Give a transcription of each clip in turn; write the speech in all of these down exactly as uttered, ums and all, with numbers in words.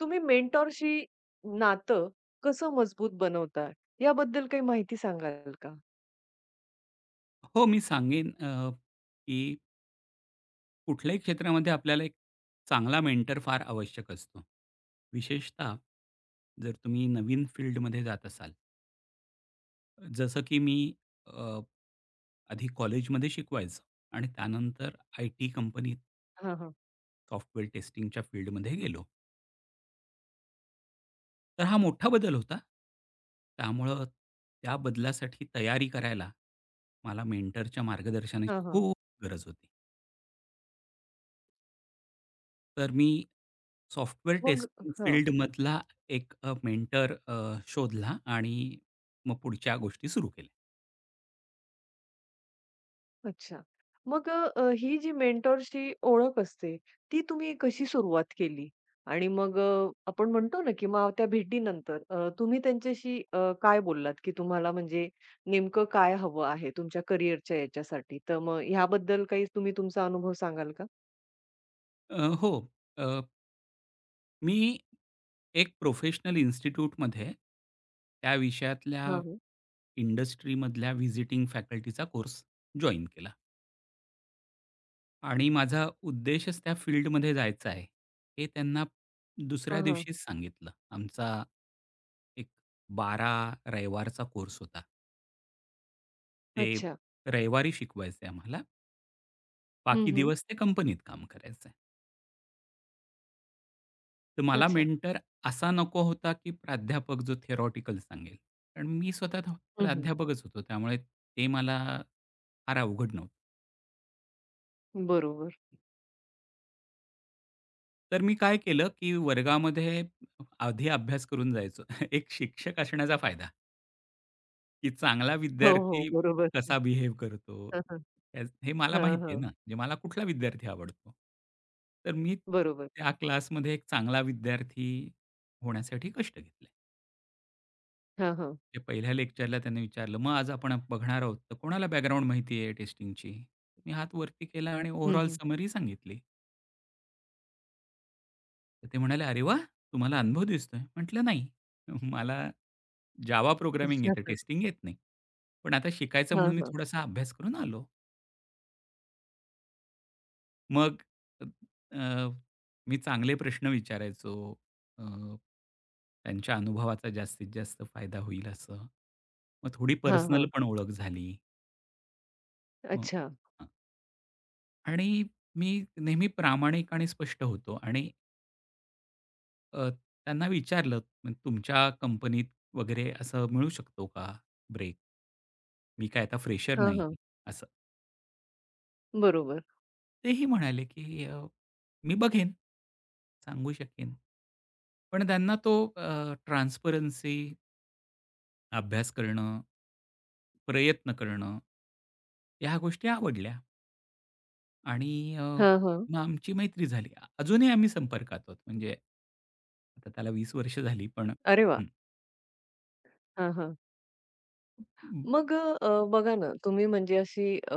तुम्ही मेंटॉरशी नातं कसं मजबूत बनवता? याबद्दल काही माहिती सांगाल का? हो, मी सांगेन, अ, की कुठल्याही क्षेत्रामध्ये आपल्याला एक चांगला मेंटर फार आवश्यक असतो. विशेषतः जर तुम्ही नवीन फील्डमध्ये जात असाल. जसं की मी अ, आधी कॉलेजमध्ये शिकवायचो आणि त्यानंतर आय-टी कंपनीत हां, हां. सॉफ्टवेअर टेस्टिंगच्या फील्डमध्ये गेलो. तर हा मोठा बदल होता. त्यामुळं त्या बदलासाठी तयारी करायला मला मेंटरच्या मार्गदर्शनाची हां, हां. खूप गरज होती. तर मी सॉफ्टवेअर मग टेस्टिंग हां, फील्डमधला एक अ, मेंटर अ, शोधला आणि मग पुढच्या गोष्टी सुरू केल्या. अच्छा. मग अ, ही जी मेंटॉरची ओळख असते, ती तुम्ही कशी सुरुवात केली? आणि मग अ, आपण म्हणतो ना, की मग त्या भेटीनंतर अ, तुम्ही त्यांच्याशी अ, काय बोललात, की तुम्हाला म्हणजे नेमकं काय हवं आहे तुमच्या करिअरच्या याच्यासाठी? तर मग ह्याबद्दल काही तुम्ही तुमचा अनुभव सांगाल का? अ, हो, अ, मी एक प्रोफेशनल इन्स्टिट्यूटमध्ये त्या विषयातल्या हां, हां. इंडस्ट्रीमधल्या व्हिजिटिंग फॅकल्टीचा कोर्स जॉइन केला आणि माझा उद्देशच त्या फील्डमध्ये जायचा आहे, हे त्यांना दुसऱ्या हां, हां. दिवशीच सांगितलं. आमचा एक बारा रविवारचा कोर्स होता. ते अच्छा. रविवारी शिकवायचे, आम्हाला हं, बाकी हं. दिवस ते कंपनीत काम करायचं आहे. तर मला अच्छा. मेंटर असा नको होता, की प्राध्यापक जो थिअरॉटिकल सांगेल. कारण मी स्वतः थ- हं, हं. प्राध्यापकच होतो. त्यामुळे ते मला फार अवघड नव्हतं. बरोबर. तर मी काय केलं, की वर्गामध्ये आधी अभ्यास करून जायचो. एक शिक्षक असण्याचा फायदा, की चांगला हो, हो. विद्यार्थी बरोबर. कसा बिहेव करतो, हं, हं. त्याच हे मला हां, माहिती आहे हां. ना, म्हणजे मला कुठला विद्यार्थी आवडतो. तर मी बरोबर. त्या क्लासमध्ये एक चांगला विद्यार्थी होण्यासाठी कष्ट घेतले. हां, हां. ते पहिल्या लेक्चरला त्याने विचारलं, "मग आज आपण बघणार आहोत, तर कोणाला बॅकग्राऊंड माहिती आहे टेस्टिंगची?" मी हात वरती केला आणि हं, ओव्हरऑल हं. समरी सांगितली. तर ते म्हणाले, "अरे वा, तुम्हाला अनुभव दिसतोय." म्हटलं, "नाही, मला जावा प्रोग्रामिंग येतं, टेस्टिंग येत नाही. पण आता शिकायचं हां, म्हणून मी हां. थोडासा अभ्यास करून आलो." मग अ, मी चांगले प्रश्न विचारायचो. अ, त्यांच्या अनुभवाचा जास्तीत जास्त फायदा होईल असं. मग थोडी हां, पर्सनल हां. पण ओळख झाली. मग अच्छा. आणि मी नेहमी प्रामाणिक आणि स्पष्ट होतो आणि अ, त्यांना विचारलं, "मग तुमच्या कंपनीत वगैरे असं मिळू शकतो का ब्रेक? मी काय आता फ्रेशर हां, नाही." हां. असं. बरोबर. तेही म्हणाले, की अ, "मी बघेन, सांगू शकेन." पण त्यांना तो अ, ट्रान्सपरन्सी, अभ्यास करणं, प्रयत्न करणं, ह्या गोष्टी आवडल्या आणि अ, हां, हां. मग आमची मैत्री झाली. अजूनही आम्ही संपर्कात आहोत. म्हणजे आता त्याला वीस वर्ष झाली, पण अरे वाह! हां, हां. हं, मग अ, बघा ना, तुम्ही म्हणजे अशी अ,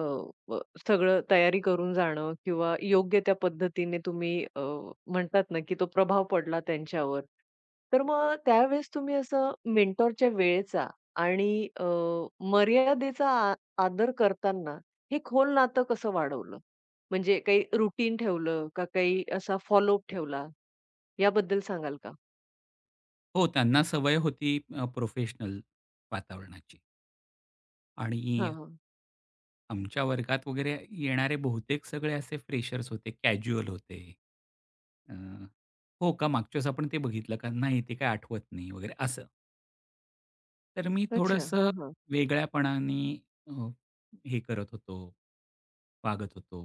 व सगळं तयारी करून जाणं किंवा योग्य त्या पद्धतीने तुम्ही अ, म्हणतात ना, की तो प्रभाव पडला त्यांच्यावर. तर मग त्यावेळेस तुम्ही असं मेंटॉरच्या वेळेचा आणि अ, मर्यादेचा आ आदर करताना हे खोल नातं कसं वाढवलं? म्हणजे काही रुटीन ठेवलं का काही असा फॉलोअप ठेवला? याबद्दल सांगाल का? हो, त्यांना सवय होती अ, प्रोफेशनल वातावरणाची आणि हां, हां. आमच्या वर्गात वगैरे येणारे बहुतेक सगळे असे फ्रेशर्स होते, कॅज्युअल होते. अ, "हो का? मागच्या वेळेस आपण ते बघितलं का? नाही, ते काय आठवत नाही" वगैरे असं. तर मी अच्छा. थोडंसं हां, हां. वेगळ्यापणाने अ, हे करत होतो, वागत होतो.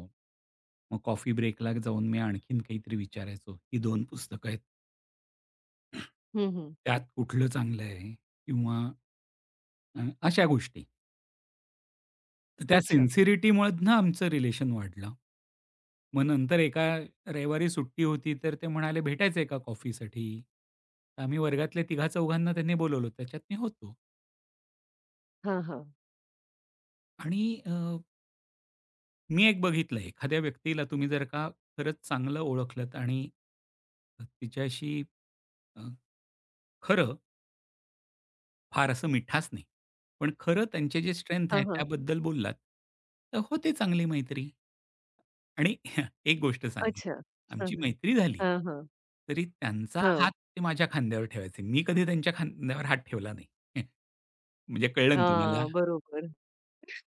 मग कॉफी ब्रेकला जाऊन मी आणखीन काहीतरी विचारायचो, "ही दोन पुस्तकं आहेत, हं, हं. त्यात कुठलं चांगलं आहे?" किंवा अ, अशा गोष्टी. तर त्या अच्छा. सिन्सिरिटीमुळेनं आमचं रिलेशन वाढलं. मग नंतर एका रविवारी सुट्टी होती, तर ते म्हणाले, "भेटायचंय का कॉफीसाठी?" आम्ही वर्गातल्या तिघा-चौघांना त्यांनी बोलावलं. त्याच्यात मी होतो. हां, हां. आणि अ, मी एक बघितलं, एखाद्या व्यक्तीला तुम्ही जर का खरंच चांगलं ओळखलत आणि तिच्याशी अ, खरं, फार असं मिठास नाही, पण खरं त्यांचे जे स्ट्रेंथ हां, आहे हां. त्याबद्दल बोललात, तर होते चांगली मैत्री. आणि एक गोष्ट सांगेन, अच्छा. आमची मैत्री झाली, हां, हां. तरी त्यांचा हात हां. ते माझ्या खांद्यावर ठेवायचे. मी कधी त्यांच्या खांद्यावर हात ठेवला नाही. म्हणजे कळलं ना तुम्हाला, हां, बरोबर.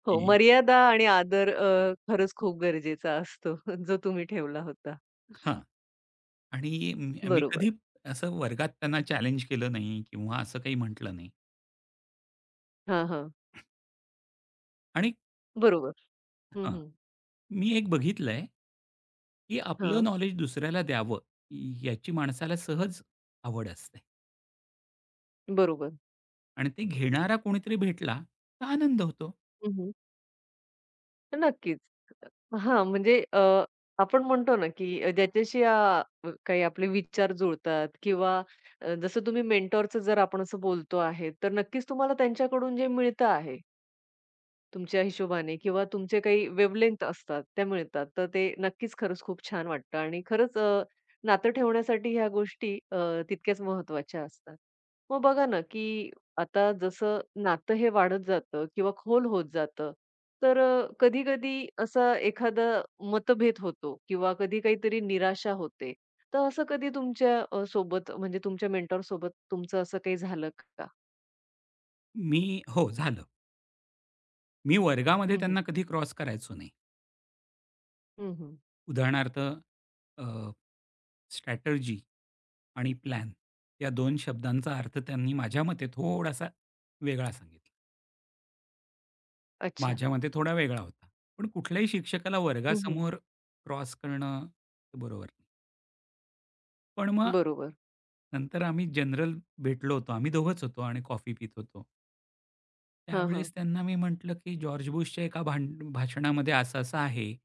हो, की मर्यादा आणि आदर अ, खरंच खूप गरजेचा असतो, जो तुम्ही ठेवला होता. हां. आणि मी मी बरोबर. कधी असं वर्गात त्यांना चॅलेंज केलं नाही किंवा असं काही म्हटलं नाही. हां, हां. आणि बरोबर. हं, हां, हं. मी एक बघितलंय, की आपलं हां, नॉलेज दुसऱ्याला द्यावं, याची माणसाला सहज आवड असते बरोबर. आणि ते घेणारा कोणीतरी भेटला, तर आनंद होतो. हं, हं. नक्कीच. हां, म्हणजे अ, आपण म्हणतो ना, की अ, ज्याच्याशी अ, काही आपले विचार जुळतात किंवा अ, जसं तुम्ही मेंटॉरचं जर आपण असं बोलतो आहे, तर नक्कीच तुम्हाला त्यांच्याकडून जे मिळतं आहे तुमच्या हिशोबाने किंवा तुमचे काही वेव्हलेंग्थ असतात, त्या मिळतात. तर ते नक्कीच खरंच खूप छान वाटतं आणि खरंच अ, नातं ठेवण्यासाठी ह्या गोष्टी अ, तितक्याच महत्त्वाच्या असतात. मग बघा ना, की आता जसं नातं हे वाढत जातं किंवा खोल होत जातं, तर अ, कधी-कधी असा एखादा मतभेद होतो किंवा कधी काहीतरी निराशा होते. तर असं कधी तुमच्या अ, सोबत म्हणजे तुमच्या मेंटॉरसोबत तुमचं असं काही झालं का? मी हो, झालं. मी वर्गामध्ये हं, हं. त्यांना कधी क्रॉस करायचो नाही. हं, हं. उदाहरणार्थ अ, स्ट्रॅटर्जी आणि प्लॅन या दोन शब्दांचा अर्थ त्यांनी माझ्या मते थोडासा वेगळा सांगितला. अच्छा. माझ्या मते थोडा वेगळा होता. पण कुठल्याही शिक्षकाला हं, हं. वर्गासमोर क्रॉस करणं बरोबर, पण मग बरोबर. नंतर आम्ही जनरल भेटलो होतो. आम्ही दोघंच होतो आणि कॉफी पीत होतो. हां, हां. त्यावेळेस त्यांना मी म्हटलं, की जॉर्ज बुशच्या एका भांड भाषणामध्ये असं-असं आहे.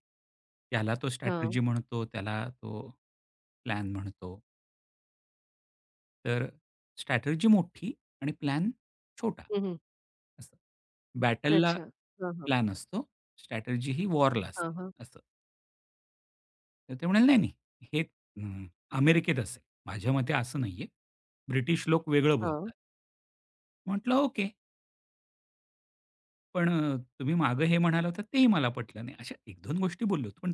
याला तो हां. स्ट्रॅटर्जी म्हणतो, त्याला तो प्लॅन म्हणतो. तर स्ट्रॅटर्जी मोठी आणि प्लॅन छोटा. हं, हं. असं. बॅटलला अच्छा. हां, हां. प्लॅन असतो. स्ट्रॅटर्जी ही वॉरला हां, असते. हां. असं. तर ते म्हणाले, "नाही, नाही. हे अ, अमेरिकेत असेल." माझ्या मते असं नाहीये. ब्रिटिश लोक वेगळं हां. बोलतात. म्हटलं, "ओके." पण अ, तुम्ही मागं हे म्हणाला होतात तेही मला पटलं नाही. अशा एक दोन गोष्टी बोललो होतो. पण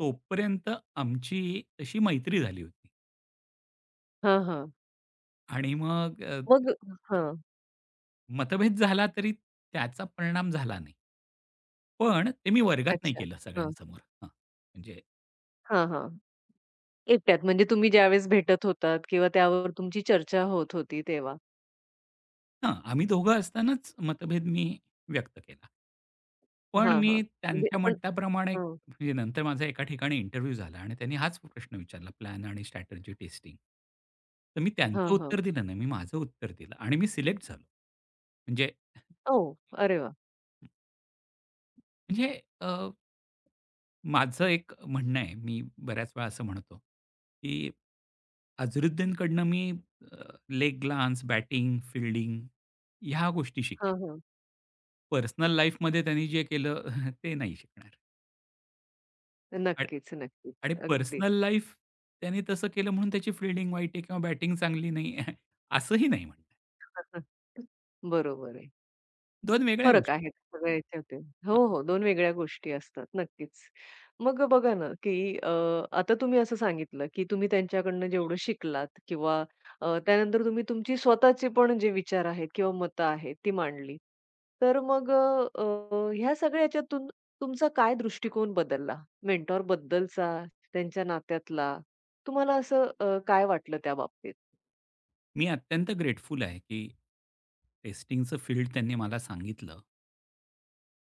तोपर्यंत आमची तशी मैत्री झाली होती हां, हां. आणि मग अ, मग हां. मतभेद झाला तरी त्याचा परिणाम झाला नाही. पण ते मी वर्गात नाही अच्छा. केलं हां. सगळ्यांसमोर. हां, म्हणजे हां, हां. एकट्यात म्हणजे तुम्ही ज्यावेळेस भेटत होतात किंवा त्यावर तुमची चर्चा होत होती तेव्हा. हां, आम्ही दोघं असतानाच मतभेद मी व्यक्त केला. पण हां, मी हां. म्हणजे त्यांच्या पण म्हटल्याप्रमाणे हां. म्हणजे नंतर माझा एका ठिकाणी इंटरव्ह्यू झाला आणि त्यांनी हाच प्रश्न विचारला प्लॅन आणि स्ट्रॅटर्जी टेस्टिंग. तर मी त्यांचं हां, हां. उत्तर दिलं नाही, मी माझं उत्तर दिलं आणि मी सिलेक्ट झालो. म्हणजे, ओह! अरे वाह! म्हणजे अ, माझं एक म्हणणं आहे, मी बऱ्याच वेळा असं म्हणतो, की अझरुद्दीनकडनं मी लेग ग्लान्स, बॅटिंग, फील्डिंग ह्या गोष्टी शिकेन. हां, हां. पर्सनल लाईफमध्ये त्यांनी जे केलं ते नाही शिकणार. नक्कीच, नक्कीच. आणि अगदी. पर्सनल लाईफ त्याने तसं केलं म्हणून त्याची फिल्डिंग वाईट आहे किंवा बॅटिंग चांगली नाही आहे, असंही नाही म्हणणं आहे. बरोबर आहे. दोन वेगळ्या फरक गोष्टी आहेत आहेत. सगळ्या ह्याच्यात. हो, हो. दोन वेगळ्या गोष्टी असतात नक्कीच. मग बघा ना, की अ, आता तुम्ही असं सांगितलं, की तुम्ही त्यांच्याकडनं जेवढं शिकलात किंवा अ, त्यानंतर तुम्ही तुमची स्वतःचे पण जे विचार आहेत किंवा मतं आहेत ती मांडली. तर मग अ, अ, ह्या सगळ्या ह्याच्यातून तुमचा काय दृष्टिकोन बदलला? मेंटॉरबद्दलचा, त्यांच्या नात्यातला? तुम्हाला असं अ, काय वाटलं त्या बाबतीत? मी अत्यंत ग्रेटफुल आहे, की टेस्टिंगचं फील्ड त्यांनी मला सांगितलं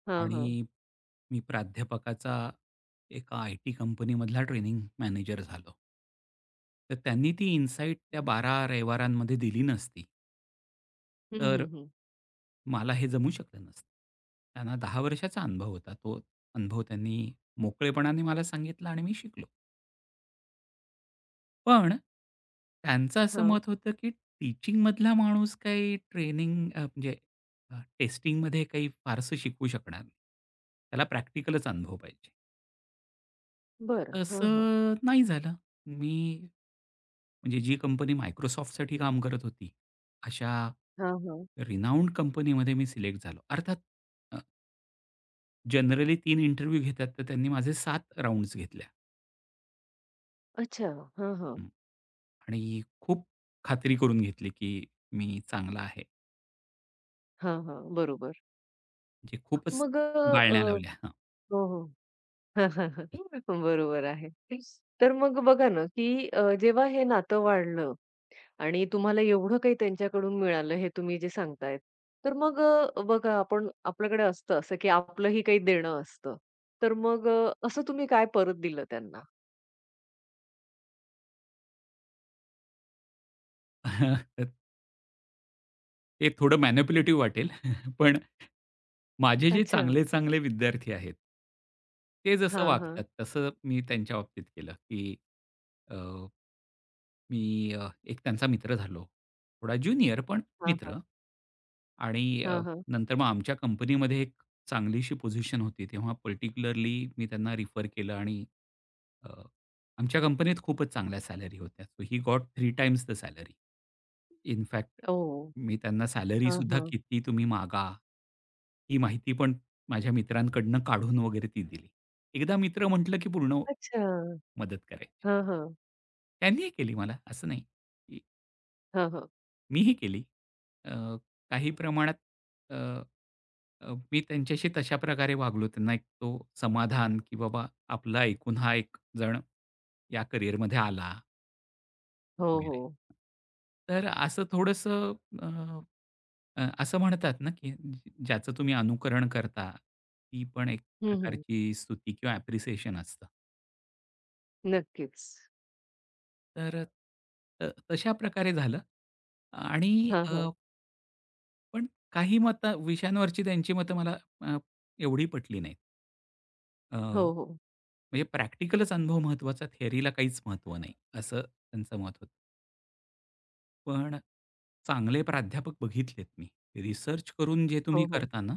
हां, हां. आणि मी प्राध्यापकाचा एका आय-टी कंपनीमधला ट्रेनिंग मॅनेजर झालो. तर त्यांनी ती इनसाईट त्या बारा रविवारांमध्ये दिली नसती, हं, तर हं, हं. मला हे जमू शकलं नसतं. त्यांना दहा वर्षाचा अनुभव होता. तो अनुभव त्यांनी मोकळेपणाने मला सांगितला आणि मी शिकलो. पण त्यांचं असं हां. मत होतं, की टीचिंगमधला माणूस काही ट्रेनिंग म्हणजे टेस्टिंगमध्ये काही फारसं शिकू शकणार नाही. त्याला प्रॅक्टिकलच अनुभव पाहिजे. बरं. हां, हां. तसं नाही झालं. मी म्हणजे जी कंपनी Microsoftसाठी काम करत होती, अशा हां, हां. रिनाउंड कंपनीमध्ये मी सिलेक्ट झालो. अर्थात जनरली तीन इंटरव्ह्यू घेतात, तर त्यांनी माझे सात राउंड्स घेतल्या. अच्छा. हां, हां. हं. आणि खूप खात्री करून घेतली, की मी चांगला आहे. हां, हां. बरोबर. म्हणजे खूपच मग अ, अ, गाळण्या लावल्या. हां. हो, हो. बरोबर आहे. तर मग बघा ना, की अ, जेव्हा हे नातं वाढलं आणि तुम्हाला एवढं काही त्यांच्याकडून मिळालं, हे तुम्ही जे सांगतायत. तर मग अ, बघा आपण आपल्याकडे असतं असं, की आपलंही काही देणं असतं. तर मग अ, असं तुम्ही काय परत दिलं त्यांना? तर ते थोडं हं. मॅनिप्युलेटिव्ह वाटेल, पण माझे जे अच्छा. चांगले-चांगले विद्यार्थी आहेत, ते जसं हां, वागतात हां. तसं मी त्यांच्या बाबतीत केलं, की अ, मी अ, एक त्यांचा मित्र झालो. थोडा ज्युनियर पण हां, हां. मित्र आणि अ, हां, हां. नंतर मग आमच्या कंपनीमध्ये एक चांगलीशी पोझिशन होती. तेव्हा पर्टिक्युलरली मी त्यांना रिफर केलं आणि अ, आमच्या कंपनीत खूपच चांगल्या सॅलरी होत्या. So he got 3 times the salary. In fact oh! मी त्यांना सॅलरी हां, सुद्धा हां. किती तुम्ही मागा, ही माहिती पण माझ्या मित्रांकडनं काढून वगैरे ती दिली. एकदा मित्र म्हटलं, की पूर्ण अच्छा. मदत करायची. हां, हां. त्यांनीही केली मला, असं नाही, की हां, हां. मीही केली. अ, काही प्रमाणात अ, अ, मी त्यांच्याशी तशा प्रकारे वागलो. त्यांना एक तो समाधान, की बाबा आपला ऐकून हा एक जण या करिअरमध्ये आला. हो, वगैरे. हो. तर असं थोडंसं अ, अ, असं म्हणतात ना, की ज- ज्याचं तुम्ही अनुकरण करता, ती पण एक हं, प्रकारची स्तुती किंवा ॲप्रिसिएशन असतं. नक्कीच. तर अ, तशा प्रकारे झालं आणि हां, अ, हां. पण काही मतं विषयांवरची त्यांची मतं मला अ, एवढी पटली नाहीत. अ, हो, हो. म्हणजे प्रॅक्टिकलच अनुभव महत्त्वाचा, थिअरीला काहीच महत्त्व नाही, असं त्यांचं मत होतं. पण चांगले प्राध्यापक बघितलेत मी. रिसर्च करून जे तुम्ही हो, हो. करता ना,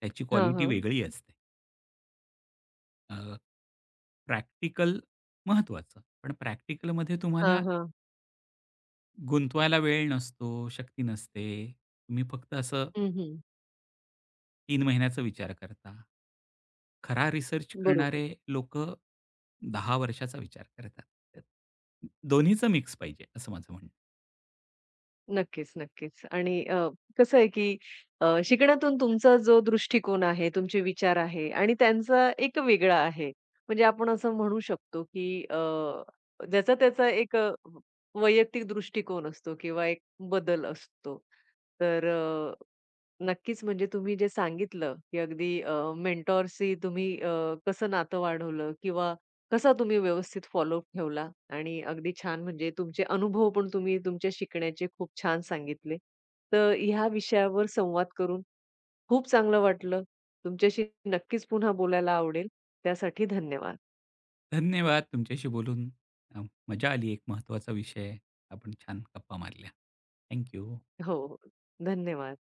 त्याची हां, क्वालिटी हां. वेगळी असते. अ, प्रॅक्टिकल महत्त्वाचं, पण प्रॅक्टिकलमध्ये हां, तुम्हाला हां. गुंतवायला वेळ नसतो, शक्ती नसते. तुम्ही फक्त असं हं, हं. तीन महिन्याचा विचार करता. खरा रिसर्च बरोबर. करणारे लोक दहा वर्षाचा विचार करतात. दोन्हीचं मिक्स पाहिजे असं माझं म्हणणं. नक्कीच, नक्कीच. आणि अ, कसं आहे की अ, शिकण्यातून तुमचा जो दृष्टिकोन आहे, तुमचे विचार आहे आणि त्यांचा एक वेगळा आहे. म्हणजे आपण असं म्हणू शकतो की अ, ज्याचा त्याचा एक अ, वैयक्तिक दृष्टिकोन असतो किंवा एक बदल असतो. तर अ, नक्कीच, म्हणजे तुम्ही जे सांगितलं, की अगदी अ, मेंटॉरशी तुम्ही अ, कसं नातं वाढवलं किंवा कसा तुम्ही व्यवस्थित फॉलोअप ठेवला आणि अगदी छान म्हणजे तुमचे अनुभव पण तुम्ही तुमचे शिकण्याचे खूप छान सांगितले. तर ह्या विषयावर संवाद करून खूप चांगलं वाटलं. तुमच्याशी नक्कीच पुन्हा बोलायला आवडेल. त्यासाठी धन्यवाद. धन्यवाद. तुमच्याशी बोलून अ, मजा आली. एक महत्त्वाचा विषय. आपण छान गप्पा मारल्या. Thank you. हो, हो. धन्यवाद.